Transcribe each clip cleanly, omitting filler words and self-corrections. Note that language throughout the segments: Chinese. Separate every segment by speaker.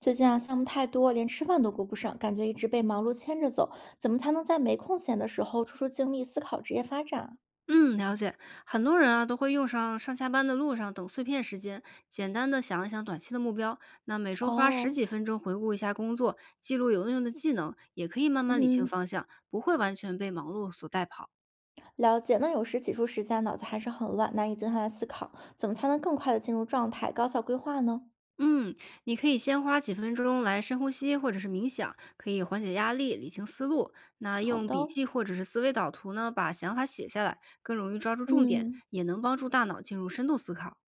Speaker 1: 最近啊，项目太多，连吃饭都顾不上，感觉一直被忙碌牵着走。怎么才能在没空闲的时候抽出精力思考职业发展啊？
Speaker 2: 嗯，了解。很多人啊都会用上上下班的路上等碎片时间，简单的想一想短期的目标。那每周花十
Speaker 1: 哦，
Speaker 2: 几分钟回顾一下工作，记录有用的技能，也可以慢慢理清
Speaker 1: 嗯，
Speaker 2: 方向，不会完全被忙碌所带跑。
Speaker 1: 了解。那有时挤出时间，脑子还是很乱，难以静下来思考。怎么才能更快的进入状态，高效规划呢？
Speaker 2: 嗯，你可以先花几分钟来深呼吸或者是冥想，可以缓解压力、理清思路。那
Speaker 1: 好
Speaker 2: 用
Speaker 1: 的，
Speaker 2: 笔记或者是思维导图呢，把想法写下来，更容易抓住重点，
Speaker 1: 嗯，
Speaker 2: 也能帮助大脑进入深度思考。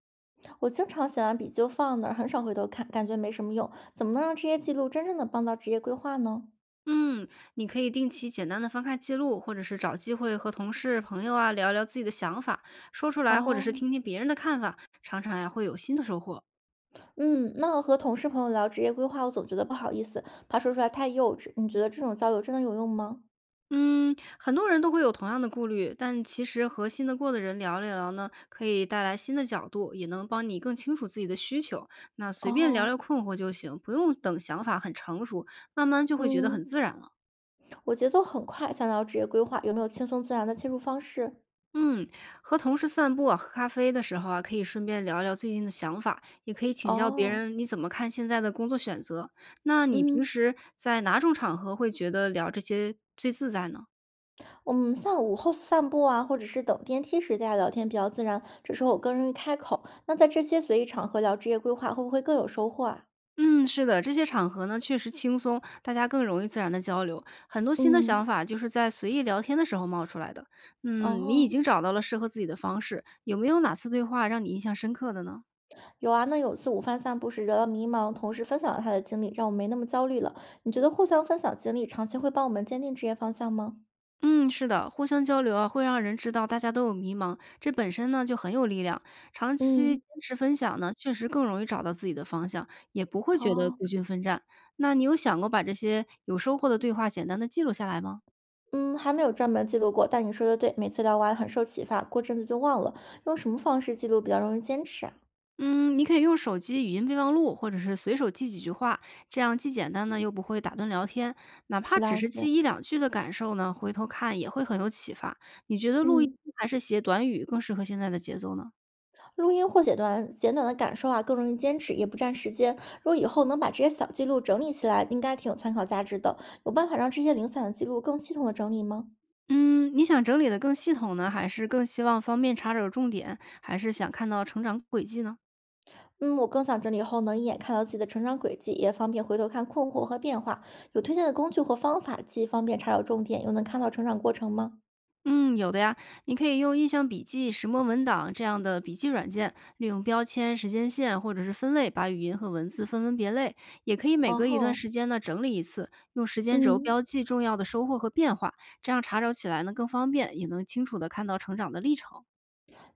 Speaker 1: 我经常写完笔记就放那儿，很少回头看，感觉没什么用。怎么能让这些记录真正的帮到职业规划呢？
Speaker 2: 嗯，你可以定期简单的翻看记录，或者是找机会和同事、朋友啊聊聊自己的想法，说出来，或者是
Speaker 1: 哦，
Speaker 2: 听听别人的看法，常常呀会有新的收获。
Speaker 1: 嗯，那和同事朋友聊职业规划，我总觉得不好意思，怕说出来太幼稚。你觉得这种交流真的有用吗？
Speaker 2: 嗯，很多人都会有同样的顾虑，但其实和信得过的人聊一聊呢，可以带来新的角度，也能帮你更清楚自己的需求。那随便聊
Speaker 1: 哦，
Speaker 2: 聊困惑就行，不用等想法很成熟，慢慢就会觉得很
Speaker 1: 嗯，
Speaker 2: 自然了。
Speaker 1: 我节奏很快，想聊职业规划，有没有轻松自然的切入方式？
Speaker 2: 嗯，和同事散步啊，喝咖啡的时候啊，可以顺便聊聊最近的想法，也可以请教别
Speaker 1: 哦，
Speaker 2: 人你怎么看现在的工作选择。那你平
Speaker 1: 嗯，
Speaker 2: 时在哪种场合会觉得聊这些最自在呢？
Speaker 1: 我们像午后散步啊，或者是等电梯时大家聊天比较自然，这时候我更容易开口。那在这些随意场合聊职业规划，会不会更有收获啊？
Speaker 2: 嗯，是的，这些场合呢确实轻松，大家更容易自然的交流，很多新的
Speaker 1: 嗯，
Speaker 2: 想法就是在随意聊天的时候冒出来的。嗯，你已
Speaker 1: 哦。
Speaker 2: 经找到了适合自己的方式，有没有哪次对话让你印象深刻的呢？
Speaker 1: 有啊，那有次午饭散步时聊到迷茫，同事分享了他的经历，让我没那么焦虑了。你觉得互相分享经历，长期会帮我们坚定职业方向吗？
Speaker 2: 嗯，是的，互相交流啊，会让人知道大家都有迷茫，这本身呢就很有力量。长期
Speaker 1: 嗯，
Speaker 2: 坚持分享呢，确实更容易找到自己的方向，也不会觉得
Speaker 1: 好，
Speaker 2: 孤军奋战。那你有想过把这些有收获的对话简单的记录下来吗？
Speaker 1: 嗯，还没有专门记录过，但你说的对，每次聊完很受启发，过阵子就忘了。用什么方式记录比较容易坚持啊？
Speaker 2: 嗯，你可以用手机语音备忘录，或者是随手记几句话，这样既简单呢，又不会打断聊天。哪怕只
Speaker 1: 了
Speaker 2: 是
Speaker 1: 解，
Speaker 2: 记一两句的感受呢，回头看也会很有启发。你觉得录音
Speaker 1: 嗯，
Speaker 2: 还是写短语更适合现在的节奏呢？
Speaker 1: 录音或写短简短的感受啊，更容易坚持，也不占时间。如果以后能把这些小记录整理起来，应该挺有参考价值的。有办法让这些零散的记录更系统的整理吗？
Speaker 2: 嗯，你想整理的更系统呢，还是更希望方便查找重点，还是想看到成长轨迹呢？
Speaker 1: 嗯，我更想整理后能一眼看到自己的成长轨迹，也方便回头看困惑和变化。有推荐的工具或方法，既方便查找重点，又能看到成长过程吗？
Speaker 2: 嗯，有的呀，你可以用印象笔记、石墨文档这样的笔记软件，利用标签、时间线或者是分类，把语音和文字分门别类。也可以每隔一段
Speaker 1: 哦，
Speaker 2: 时间呢整理一次，用时间轴
Speaker 1: 嗯，
Speaker 2: 标记重要的收获和变化，这样查找起来呢更方便，也能清楚的看到成长的历程。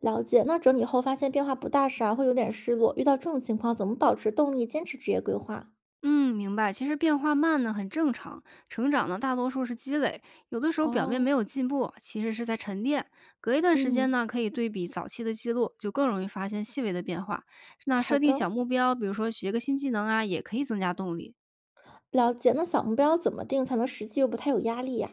Speaker 1: 了解。那整理后发现变化不大时啊，会有点失落。遇到这种情况，怎么保持动力，坚持职业规划？
Speaker 2: 嗯，明白。其实变化慢呢，很正常。成长呢，大多数是积累，有的时候表面没
Speaker 1: 哦，
Speaker 2: 有进步，其实是在沉淀。隔一段时间
Speaker 1: 嗯，
Speaker 2: 呢，可以对比早期的记录，就更容易发现细微的变化。那
Speaker 1: 好
Speaker 2: 设定
Speaker 1: 的，
Speaker 2: 小目标，比如说学个新技能啊，也可以增加动力。
Speaker 1: 了解。那小目标怎么定才能实际又不太有压力呀、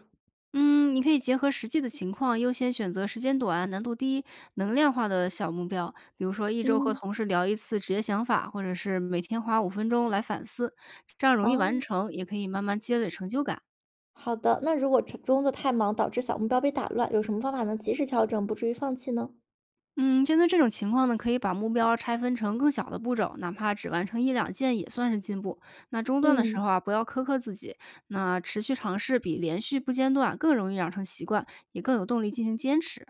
Speaker 2: 嗯，你可以结合实际的情况，优先选择时间短、难度低、能量化的小目标，比如说一周和
Speaker 1: 嗯，
Speaker 2: 同事聊一次职业想法，或者是每天花5分钟来反思，这样容易完
Speaker 1: 哦，
Speaker 2: 成，也可以慢慢积累成就感。
Speaker 1: 好的。那如果工作太忙导致小目标被打乱，有什么方法能及时调整，不至于放弃呢？
Speaker 2: 嗯，针对这种情况呢，可以把目标拆分成更小的步骤，哪怕只完成一两件也算是进步。那中断的时
Speaker 1: 嗯，
Speaker 2: 候啊，不要苛刻自己，那持续尝试比连续不间断更容易养成习惯，也更有动力进行坚持。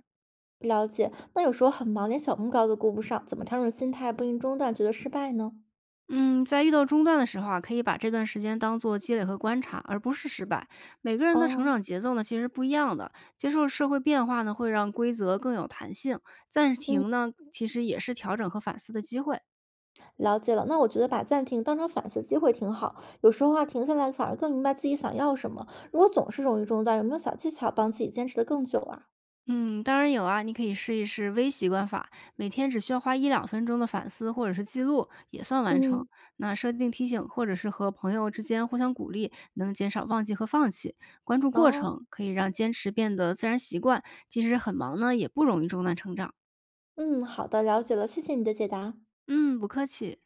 Speaker 1: 了解，那有时候很忙，连小目标都顾不上，怎么调整心态，不因中断觉得失败呢？
Speaker 2: 嗯，在遇到中断的时候啊，可以把这段时间当做积累和观察，而不是失败。每个人的成
Speaker 1: 哦，
Speaker 2: 长节奏呢，其实不一样的。接受社会变化呢，会让规则更有弹性；暂
Speaker 1: 嗯，
Speaker 2: 停呢，其实也是调整和反思的机会。
Speaker 1: 了解了。那我觉得把暂停当成反思机会挺好，有时候啊，停下来反而更明白自己想要什么。如果总是容易中断，有没有小技巧帮自己坚持的更久啊？
Speaker 2: 嗯，当然有啊，你可以试一试微习惯法，每天只需要花1~2分钟的反思或者是记录，也算完成。
Speaker 1: 嗯，
Speaker 2: 那设定提醒或者是和朋友之间互相鼓励，能减少忘记和放弃。关注过
Speaker 1: 哦，
Speaker 2: 程可以让坚持变得自然习惯，即使很忙呢，也不容易中断成长。
Speaker 1: 嗯，好的，了解了，谢谢你的解答。
Speaker 2: 嗯，不客气。